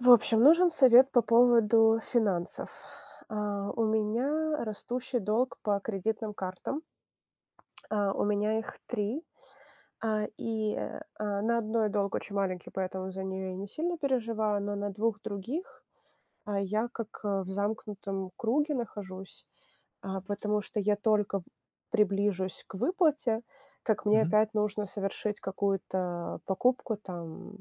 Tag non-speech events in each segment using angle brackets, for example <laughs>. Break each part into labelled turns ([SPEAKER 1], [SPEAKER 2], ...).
[SPEAKER 1] В общем, нужен совет по поводу финансов. У меня растущий долг по кредитным картам. У меня их три. На одной долг очень маленький, поэтому за нее я не сильно переживаю, но на двух других, я как, в замкнутом круге нахожусь. Потому что я только в приближусь к выплате, как мне
[SPEAKER 2] Мгм,
[SPEAKER 1] опять нужно совершить какую-то покупку, там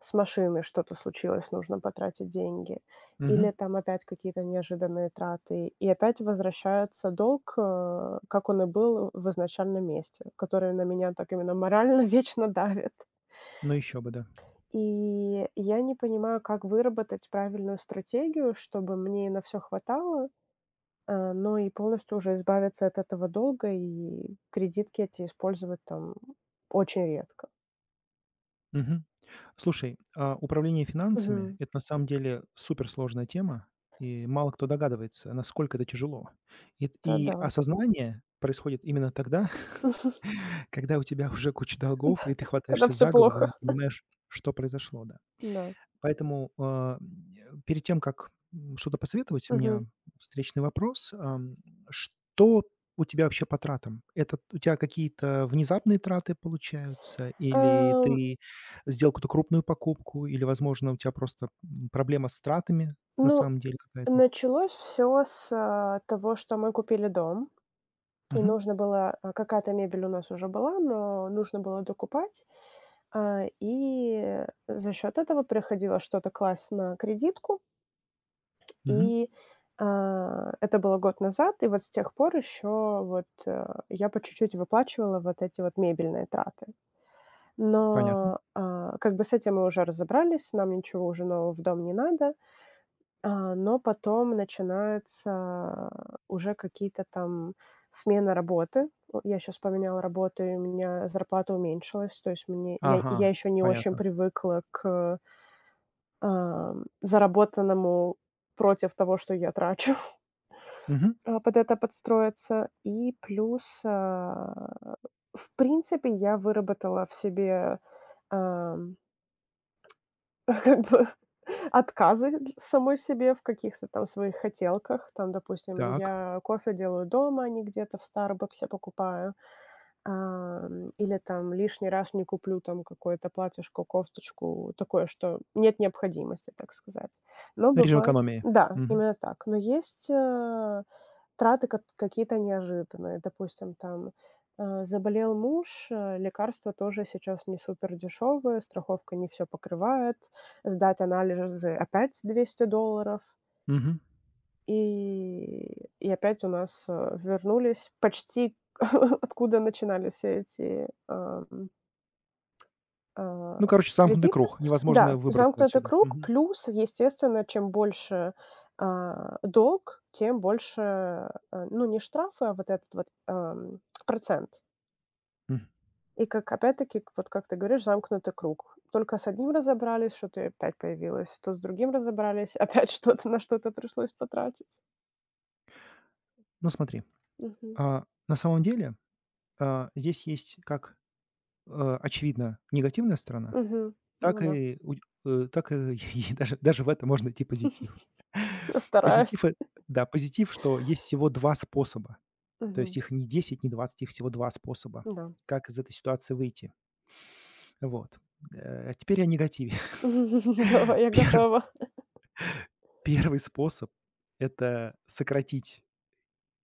[SPEAKER 1] с машиной что-то случилось, нужно потратить деньги, или
[SPEAKER 2] мгм.
[SPEAKER 1] там опять какие-то неожиданные траты, и опять возвращается долг, как он и был в изначальном месте, который на меня так именно морально <laughs> вечно давит.
[SPEAKER 2] Ну еще бы, да.
[SPEAKER 1] И я не понимаю, как выработать правильную стратегию, чтобы мне на все хватало. Ну и полностью уже избавиться от этого долга, и кредитки эти использовать там очень редко.
[SPEAKER 2] Мгм. Слушай, управление финансами -
[SPEAKER 1] Мгм.
[SPEAKER 2] это на самом деле суперсложная тема, и мало кто догадывается, насколько это тяжело. И
[SPEAKER 1] Это
[SPEAKER 2] и
[SPEAKER 1] да.
[SPEAKER 2] осознание происходит именно тогда,
[SPEAKER 1] <laughs>
[SPEAKER 2] <laughs> когда у тебя уже куча долгов, и ты
[SPEAKER 1] Когда
[SPEAKER 2] хватаешься
[SPEAKER 1] все
[SPEAKER 2] за голову и
[SPEAKER 1] плохо.
[SPEAKER 2] не понимаешь, что произошло, да.
[SPEAKER 1] Да.
[SPEAKER 2] Поэтому, перед тем, как, что-то посоветовать, у меня
[SPEAKER 1] Мгм.
[SPEAKER 2] встречный вопрос. Что у тебя вообще по тратам? Это у тебя какие-то внезапные траты получаются или
[SPEAKER 1] Ам,
[SPEAKER 2] ты сделал какую-то крупную покупку, или, возможно, у тебя просто, проблема с тратами на
[SPEAKER 1] ну,
[SPEAKER 2] самом деле какая-то?
[SPEAKER 1] началось все с того, что мы купили дом, и
[SPEAKER 2] Мгм,
[SPEAKER 1] нужно было какая-то мебель у нас уже была, но нужно было докупать. И за счет этого приходилось что-то класть на кредитку.
[SPEAKER 2] мгм.
[SPEAKER 1] И это было год назад, и вот с тех пор еще вот, я по чуть-чуть выплачивала вот эти вот мебельные траты.
[SPEAKER 2] Понятно.
[SPEAKER 1] Но, как бы с этим мы уже разобрались, нам ничего уже нового в дом не надо. Но потом начинаются уже какие-то там смена работы. О, я сейчас поменяла работу, и у меня зарплата уменьшилась. То есть мне я
[SPEAKER 2] Ага,
[SPEAKER 1] еще не очень
[SPEAKER 2] понятно.
[SPEAKER 1] привыкла к заработанному против того, что я трачу.
[SPEAKER 2] Мгм.
[SPEAKER 1] Под это подстроиться. И плюс, в принципе, я выработала в себе, ам, <laughs> как бы отказы дл самой себе в каких-то там своих хотелках. Там, допустим,
[SPEAKER 2] Так.
[SPEAKER 1] я кофе делаю дома, а не где-то в "Старбаксе" покупаю. Или там лишний раз не куплю там какое-то платьишко, кофточку, такое, что нет необходимости, так сказать. Но
[SPEAKER 2] Режим
[SPEAKER 1] бывает.
[SPEAKER 2] экономии.
[SPEAKER 1] Да,
[SPEAKER 2] Мгм,
[SPEAKER 1] именно так. Но есть, траты кат какие-то неожиданные. Допустим, там, заболел муж, лекарства тоже сейчас не супер дешевые, страховка не все покрывает, сдать анализы опять $200.
[SPEAKER 2] мгм.
[SPEAKER 1] И опять у нас вернулись почти <laughs> откуда начинали все эти, а,
[SPEAKER 2] Ну, короче, замкнутый
[SPEAKER 1] кредита.
[SPEAKER 2] круг. Невозможно
[SPEAKER 1] Да,
[SPEAKER 2] выбраться
[SPEAKER 1] замкнутый
[SPEAKER 2] отсюда.
[SPEAKER 1] круг.
[SPEAKER 2] Мгм,
[SPEAKER 1] Плюс, естественно, чем больше, долг, тем больше, ну, не штрафы, а вот этот вот, процент.
[SPEAKER 2] мгм.
[SPEAKER 1] И как, опять-таки, к вот как ты говоришь, замкнутый круг. Только с одним разобрались, что-то и опять появилось, то с другим разобрались, <laughs> опять что-то на что-то пришлось потратить.
[SPEAKER 2] Ну, смотри.
[SPEAKER 1] Мгм.
[SPEAKER 2] На самом деле, здесь есть, как, э, очевидно, негативная сторона,
[SPEAKER 1] Мгм. Ну
[SPEAKER 2] так
[SPEAKER 1] да.
[SPEAKER 2] и так и <laughs> и даже в это можно найти позитив.
[SPEAKER 1] Я
[SPEAKER 2] <laughs>
[SPEAKER 1] стараюсь.
[SPEAKER 2] Позитив, да, позитив, что есть всего 2 способа. То
[SPEAKER 1] Мгм.
[SPEAKER 2] есть их не 10, не 20, их всего 2 способа,
[SPEAKER 1] Да.
[SPEAKER 2] как из этой ситуации выйти. Вот. А теперь о негативе.
[SPEAKER 1] <laughs> Давай,
[SPEAKER 2] <laughs>
[SPEAKER 1] я
[SPEAKER 2] Пер
[SPEAKER 1] готова.
[SPEAKER 2] первый способ - это сократить,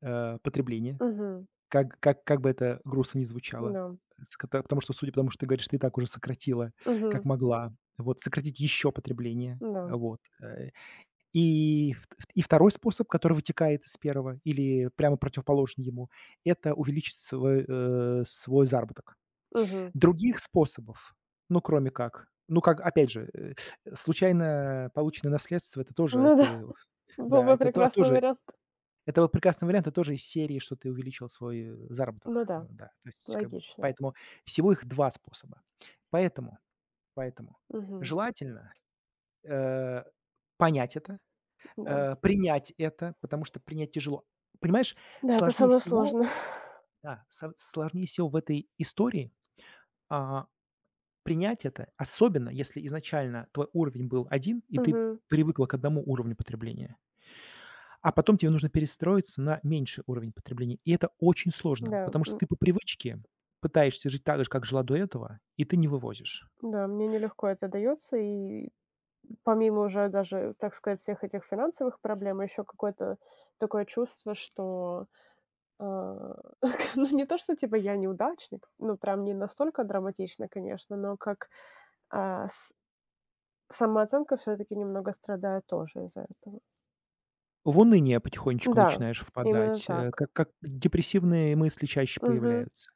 [SPEAKER 2] потребление.
[SPEAKER 1] Мгм.
[SPEAKER 2] Как бы это грустно ни звучало,
[SPEAKER 1] Да.
[SPEAKER 2] с кото потому что, судя по тому, что ты говоришь, ты и так уже сократила, как
[SPEAKER 1] Мгм.
[SPEAKER 2] могла. Вот, сократить еще потребление.
[SPEAKER 1] Да.
[SPEAKER 2] Вот, И 2 способ, который вытекает из первого или прямо противоположный ему - это увеличить свой, свой заработок.
[SPEAKER 1] Мгм.
[SPEAKER 2] Других способов, ну, кроме как ну, как, опять же, случайно полученное наследство - это тоже
[SPEAKER 1] Ну да,
[SPEAKER 2] ты,
[SPEAKER 1] <laughs> был
[SPEAKER 2] да,
[SPEAKER 1] бы
[SPEAKER 2] это то
[SPEAKER 1] прекрасный
[SPEAKER 2] тоже
[SPEAKER 1] вариант.
[SPEAKER 2] это вот прекрасный вариант, это тоже из серии, что ты увеличил свой,
[SPEAKER 1] Ну
[SPEAKER 2] заработок.
[SPEAKER 1] да,
[SPEAKER 2] Да, то есть как бы
[SPEAKER 1] логично.
[SPEAKER 2] поэтому всего их 2 способа. Поэтому поэтому
[SPEAKER 1] Мгм.
[SPEAKER 2] желательно, э, понять это,
[SPEAKER 1] Да.
[SPEAKER 2] принять это, потому что принять тяжело. Понимаешь,
[SPEAKER 1] Да, это
[SPEAKER 2] сложнее
[SPEAKER 1] самое
[SPEAKER 2] всего,
[SPEAKER 1] сложное. <laughs>
[SPEAKER 2] да, со сложнее всего в этой истории, а, принять это, особенно если изначально твой уровень был один и ты
[SPEAKER 1] Мгм.
[SPEAKER 2] привыкла к одному уровню потребления. А потом тебе нужно перестроиться на меньший уровень потребления. И это очень сложно,
[SPEAKER 1] Да,
[SPEAKER 2] потому что ты по привычке пытаешься жить так же, как жила до этого, и ты не вывозишь.
[SPEAKER 1] да, мне нелегко это дается. И помимо уже даже, так сказать, всех этих финансовых проблем, еще какое-то такое чувство, что, а, <laughs> ну, не то, что типа я неудачник, ну, прям не настолько драматично, конечно, но как, а, с самооценка все таки немного страдает тоже из-за этого.
[SPEAKER 2] В уныние потихонечку
[SPEAKER 1] Да,
[SPEAKER 2] начинаешь
[SPEAKER 1] именно
[SPEAKER 2] впадать,
[SPEAKER 1] так.
[SPEAKER 2] как депрессивные мысли чаще
[SPEAKER 1] Мгм.
[SPEAKER 2] появляются.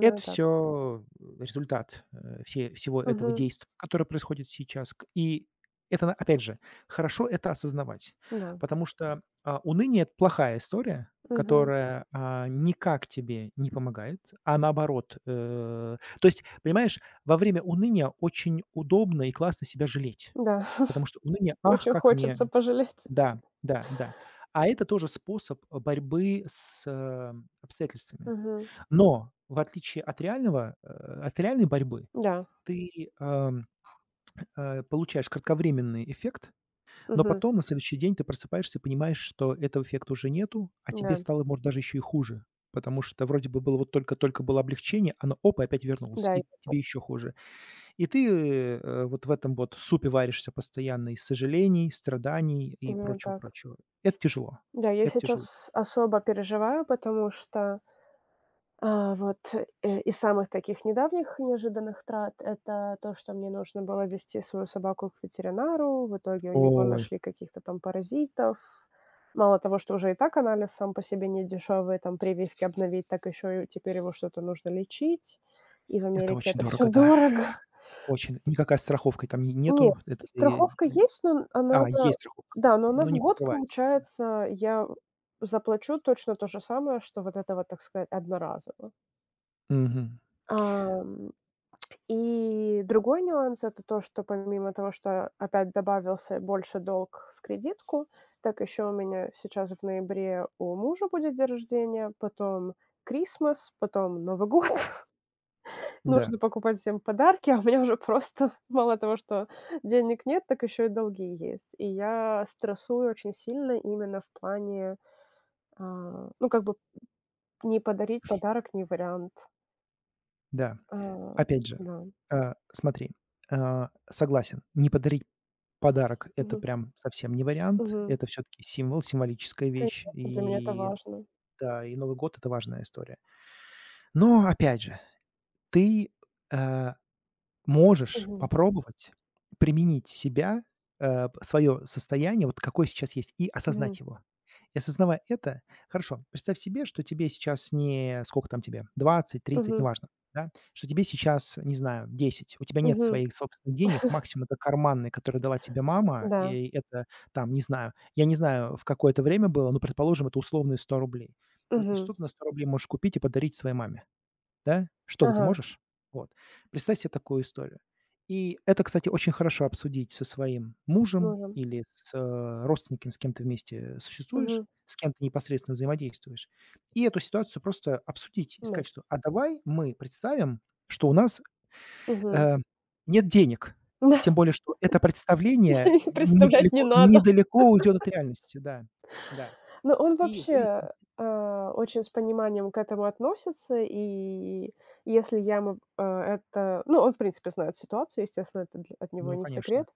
[SPEAKER 2] Это
[SPEAKER 1] так.
[SPEAKER 2] все результат, всего этого
[SPEAKER 1] Мгм.
[SPEAKER 2] действия, которое происходит сейчас. К и это, на опять же, хорошо это осознавать,
[SPEAKER 1] Да.
[SPEAKER 2] потому что, уныние - это плохая история,
[SPEAKER 1] Мгм.
[SPEAKER 2] которая, никак тебе не помогает, а наоборот, то есть, понимаешь, во время уныния очень удобно и классно себя жалеть,
[SPEAKER 1] Да.
[SPEAKER 2] потому что
[SPEAKER 1] <laughs>
[SPEAKER 2] уныние: "Ах,
[SPEAKER 1] Очень
[SPEAKER 2] как
[SPEAKER 1] хочется
[SPEAKER 2] мне".
[SPEAKER 1] пожалеть.
[SPEAKER 2] Да, да, да. А это тоже способ, борьбы с, обстоятельствами.
[SPEAKER 1] Мгм.
[SPEAKER 2] Но в отличие от реального, от реальной борьбы,
[SPEAKER 1] Да.
[SPEAKER 2] ты, получаешь кратковременный эффект, но
[SPEAKER 1] Мгм.
[SPEAKER 2] потом на следующий день ты просыпаешься и понимаешь, что этого эффекта уже нету, а тебе
[SPEAKER 1] Да.
[SPEAKER 2] стало, может, даже еще и хуже. Потому что вроде бы было вот только-только было облегчение, оно оп, и опять вернулось,
[SPEAKER 1] Да,
[SPEAKER 2] и тебе еще хуже. И ты, вот в этом вот супе варишься постоянно из сожалений, страданий и
[SPEAKER 1] именно так.
[SPEAKER 2] прочего-прочего. Это тяжело,
[SPEAKER 1] Да, я
[SPEAKER 2] это тяжело.
[SPEAKER 1] сейчас особо переживаю, потому что, вот, из самых таких недавних неожиданных трат — это то, что мне нужно было везти свою собаку к ветеринару. В итоге у него
[SPEAKER 2] Ой,
[SPEAKER 1] нашли каких-то там паразитов. Мало того, что уже и так анализ сам по себе не дешевый, там прививки обновить, так еще и теперь его что-то нужно лечить. И в
[SPEAKER 2] это
[SPEAKER 1] Америке
[SPEAKER 2] очень
[SPEAKER 1] это все
[SPEAKER 2] дорого, да,
[SPEAKER 1] дорого.
[SPEAKER 2] очень. Никакая страховка там не
[SPEAKER 1] Нет,
[SPEAKER 2] нету. Это ты,
[SPEAKER 1] страховка есть, но она
[SPEAKER 2] есть страховка,
[SPEAKER 1] да, но она
[SPEAKER 2] но
[SPEAKER 1] в
[SPEAKER 2] не
[SPEAKER 1] год,
[SPEAKER 2] покрывается.
[SPEAKER 1] получается, я заплачу точно то же самое, что вот это вот, так сказать, одноразово.
[SPEAKER 2] Мгм.
[SPEAKER 1] Ам, и другой нюанс — это то, что помимо того, что опять добавился больше долг в кредитку, так еще у меня сейчас в ноябре у мужа будет день рождения, потом Крисмас, потом Новый год. <laughs>
[SPEAKER 2] Да,
[SPEAKER 1] Нужно покупать всем подарки, а у меня уже просто <laughs> мало того, что денег нет, так еще и долги есть. И я стрессую очень сильно именно в плане, ну, как бы не подарить подарок — не вариант.
[SPEAKER 2] да.
[SPEAKER 1] А,
[SPEAKER 2] Опять же,
[SPEAKER 1] да.
[SPEAKER 2] смотри, согласен, не подарить подарок - это
[SPEAKER 1] Мгм.
[SPEAKER 2] прям совсем не вариант.
[SPEAKER 1] Мгм.
[SPEAKER 2] Это все таки символ, символическая вещь.
[SPEAKER 1] Конечно, для меня это
[SPEAKER 2] И
[SPEAKER 1] важно.
[SPEAKER 2] да, и Новый год - это важная история. Но опять же, ты, э, можешь
[SPEAKER 1] Мгм.
[SPEAKER 2] попробовать применить себя, свое состояние, вот какое сейчас есть, и
[SPEAKER 1] Мгм.
[SPEAKER 2] осознать его. И, осознавая это, хорошо, представь себе, что тебе сейчас, не сколько там тебе, 20, 30,
[SPEAKER 1] Мгм.
[SPEAKER 2] неважно, да, что тебе сейчас, не знаю, 10. У тебя нет
[SPEAKER 1] Мгм.
[SPEAKER 2] своих собственных денег, максимум это карманные, которые дала тебе мама,
[SPEAKER 1] Да.
[SPEAKER 2] и это там, не знаю, я не знаю, в какое то время было, но, предположим, это условные 100 рублей. И вот
[SPEAKER 1] Мгм.
[SPEAKER 2] что ты на 100 рублей можешь купить и подарить своей маме? Да, что-то ты
[SPEAKER 1] Ага.
[SPEAKER 2] можешь? Вот. Представь себе такую историю. И это, кстати, очень хорошо обсудить со своим мужем
[SPEAKER 1] Мгм.
[SPEAKER 2] или с, родственником, с кем ты вместе существуешь,
[SPEAKER 1] Мгм.
[SPEAKER 2] с кем ты непосредственно взаимодействуешь. И эту ситуацию просто обсудить и
[SPEAKER 1] Да.
[SPEAKER 2] сказать, что: "А давай мы представим, что у нас,
[SPEAKER 1] Мгм.
[SPEAKER 2] э, нет денег". Тем
[SPEAKER 1] <laughs>
[SPEAKER 2] более, что это
[SPEAKER 1] Да,
[SPEAKER 2] представление,
[SPEAKER 1] и представлять не
[SPEAKER 2] недалеко
[SPEAKER 1] надо.
[SPEAKER 2] недалеко уйдет от реальности. Да, да.
[SPEAKER 1] Ну, он
[SPEAKER 2] И в
[SPEAKER 1] вообще,
[SPEAKER 2] зависимости.
[SPEAKER 1] очень с пониманием к этому относится, и если я ему, это ну, он, в принципе, знает ситуацию, естественно, это дл от него
[SPEAKER 2] Ну
[SPEAKER 1] не
[SPEAKER 2] конечно,
[SPEAKER 1] секрет,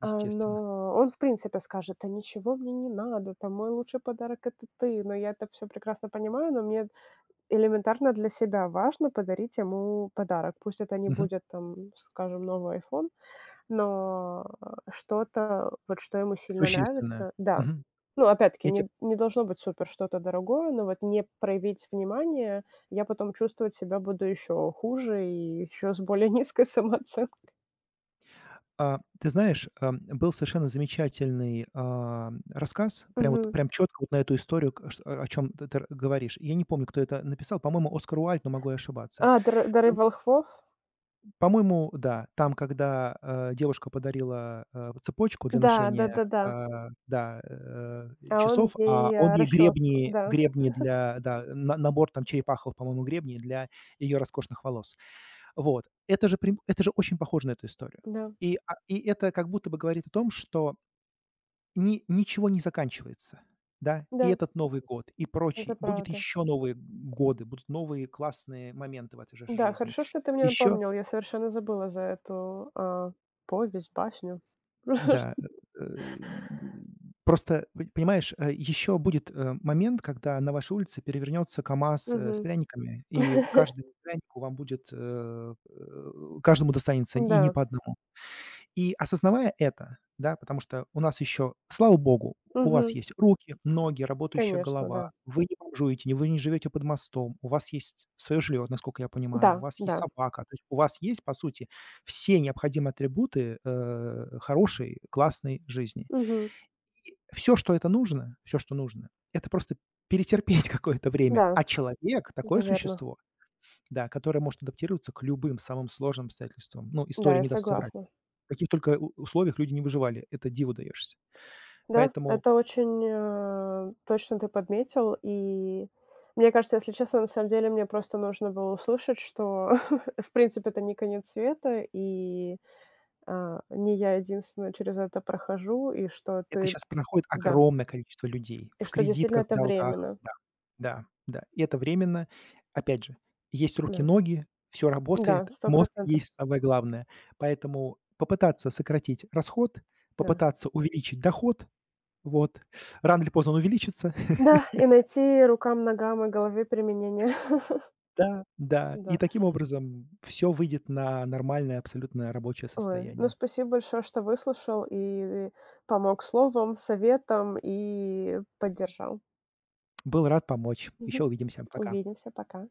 [SPEAKER 1] но он, в принципе, скажет: "Да ничего мне не надо, там мой лучший подарок — это ты". Но я это все прекрасно понимаю, но мне элементарно для себя важно подарить ему подарок. Пусть это не
[SPEAKER 2] Мгм.
[SPEAKER 1] будет, там, скажем, новый iPhone, но, что-то, вот что ему сильно
[SPEAKER 2] Существенное.
[SPEAKER 1] нравится, да.
[SPEAKER 2] Мгм.
[SPEAKER 1] Ну, опять-таки,
[SPEAKER 2] Я.
[SPEAKER 1] не должно быть супер что-то дорогое, но вот не проявить внимание, я потом чувствовать себя буду еще хуже и еще с более <laughs> низкой самооценкой.
[SPEAKER 2] Ты знаешь, был совершенно замечательный, рассказ, прям вот
[SPEAKER 1] Мгм.
[SPEAKER 2] прям четко вот на эту историю, к ш о чем ты говоришь. Я не помню, кто это написал, по-моему, Оскар Уайльд, но могу и ошибаться.
[SPEAKER 1] "Дары
[SPEAKER 2] Там,
[SPEAKER 1] волхвов"?
[SPEAKER 2] по-моему, да, там, когда, девушка подарила, цепочку для
[SPEAKER 1] Да,
[SPEAKER 2] ношения,
[SPEAKER 1] да-да-да.
[SPEAKER 2] э,
[SPEAKER 1] А он
[SPEAKER 2] часов, а
[SPEAKER 1] ей,
[SPEAKER 2] он ей
[SPEAKER 1] расческу, да,
[SPEAKER 2] гребни для, да, на набор там черепаховых, по-моему, гребни для ее роскошных волос. Вот. Это же прям это же очень похоже на эту историю.
[SPEAKER 1] да,
[SPEAKER 2] И, и это как будто бы говорит о том, что ни ничего не заканчивается, да. И
[SPEAKER 1] да,
[SPEAKER 2] этот Новый год, и
[SPEAKER 1] это
[SPEAKER 2] прочий. Будет
[SPEAKER 1] правда.
[SPEAKER 2] еще новые годы, будут новые классные моменты в этой же
[SPEAKER 1] Да,
[SPEAKER 2] жизни.
[SPEAKER 1] хорошо, что ты мне
[SPEAKER 2] Еще
[SPEAKER 1] напомнил, я совершенно забыла за эту, повесть, башню.
[SPEAKER 2] да,
[SPEAKER 1] <laughs>
[SPEAKER 2] э, э, просто, п понимаешь, еще будет, момент, когда на вашей улице перевернется КамАЗ, с
[SPEAKER 1] Мгм.
[SPEAKER 2] пряниками, и каждому прянику вам будет, каждому достанется и не
[SPEAKER 1] Да.
[SPEAKER 2] по одному. И, осознавая это, да, потому что у нас еще, слава богу, у вас
[SPEAKER 1] Мгм.
[SPEAKER 2] есть руки, ноги, работающая
[SPEAKER 1] Конечно, да.
[SPEAKER 2] голова, вы не бомжуете, не вы не живете под мостом, у вас есть свое жилье, насколько я
[SPEAKER 1] Да,
[SPEAKER 2] понимаю, у вас есть
[SPEAKER 1] да.
[SPEAKER 2] собака, то есть у вас есть, по сути, все необходимые атрибуты, хорошей, классной жизни.
[SPEAKER 1] Мгм.
[SPEAKER 2] И всё, что это нужно все, что нужно - это просто перетерпеть <laughs> какое-то время.
[SPEAKER 1] Да,
[SPEAKER 2] А человек -
[SPEAKER 1] это
[SPEAKER 2] такое
[SPEAKER 1] верно.
[SPEAKER 2] существо, да, которая может адаптироваться к любым самым сложным обстоятельствам. Ну,
[SPEAKER 1] Да,
[SPEAKER 2] история
[SPEAKER 1] я
[SPEAKER 2] не даст соврать.
[SPEAKER 1] согласна.
[SPEAKER 2] В каких только у условиях люди не выживали, это диву даешься.
[SPEAKER 1] Да,
[SPEAKER 2] Поэтому
[SPEAKER 1] это очень, точно ты подметил. И мне кажется, если честно, на самом деле мне просто нужно было услышать, что, <laughs> в принципе, это не конец света, и, не я единственная через это прохожу, и что
[SPEAKER 2] это
[SPEAKER 1] ты
[SPEAKER 2] сейчас проходит
[SPEAKER 1] да,
[SPEAKER 2] огромное количество людей
[SPEAKER 1] и
[SPEAKER 2] в
[SPEAKER 1] что действительно
[SPEAKER 2] кредитках, в
[SPEAKER 1] это
[SPEAKER 2] долгах.
[SPEAKER 1] временно.
[SPEAKER 2] Да, да, да. И это временно. Опять же, есть
[SPEAKER 1] Да.
[SPEAKER 2] руки-ноги, все
[SPEAKER 1] Да,
[SPEAKER 2] работает, <laughs>
[SPEAKER 1] сто
[SPEAKER 2] мозг
[SPEAKER 1] процентов
[SPEAKER 2] есть, самое главное. Поэтому попытаться сократить расход,
[SPEAKER 1] да.
[SPEAKER 2] попытаться увеличить доход, вот, рано или поздно он увеличится.
[SPEAKER 1] Да, и найти рукам, ногам и голове применение. <laughs>
[SPEAKER 2] Да, да. И
[SPEAKER 1] Да.
[SPEAKER 2] таким образом все выйдет на нормальное абсолютно рабочее
[SPEAKER 1] Ой, ну
[SPEAKER 2] состояние.
[SPEAKER 1] спасибо большое, что выслушал и помог словом, советом и поддержал.
[SPEAKER 2] Был рад помочь. Еще
[SPEAKER 1] Мгм.
[SPEAKER 2] увидимся. Пока.
[SPEAKER 1] Увидимся, пока.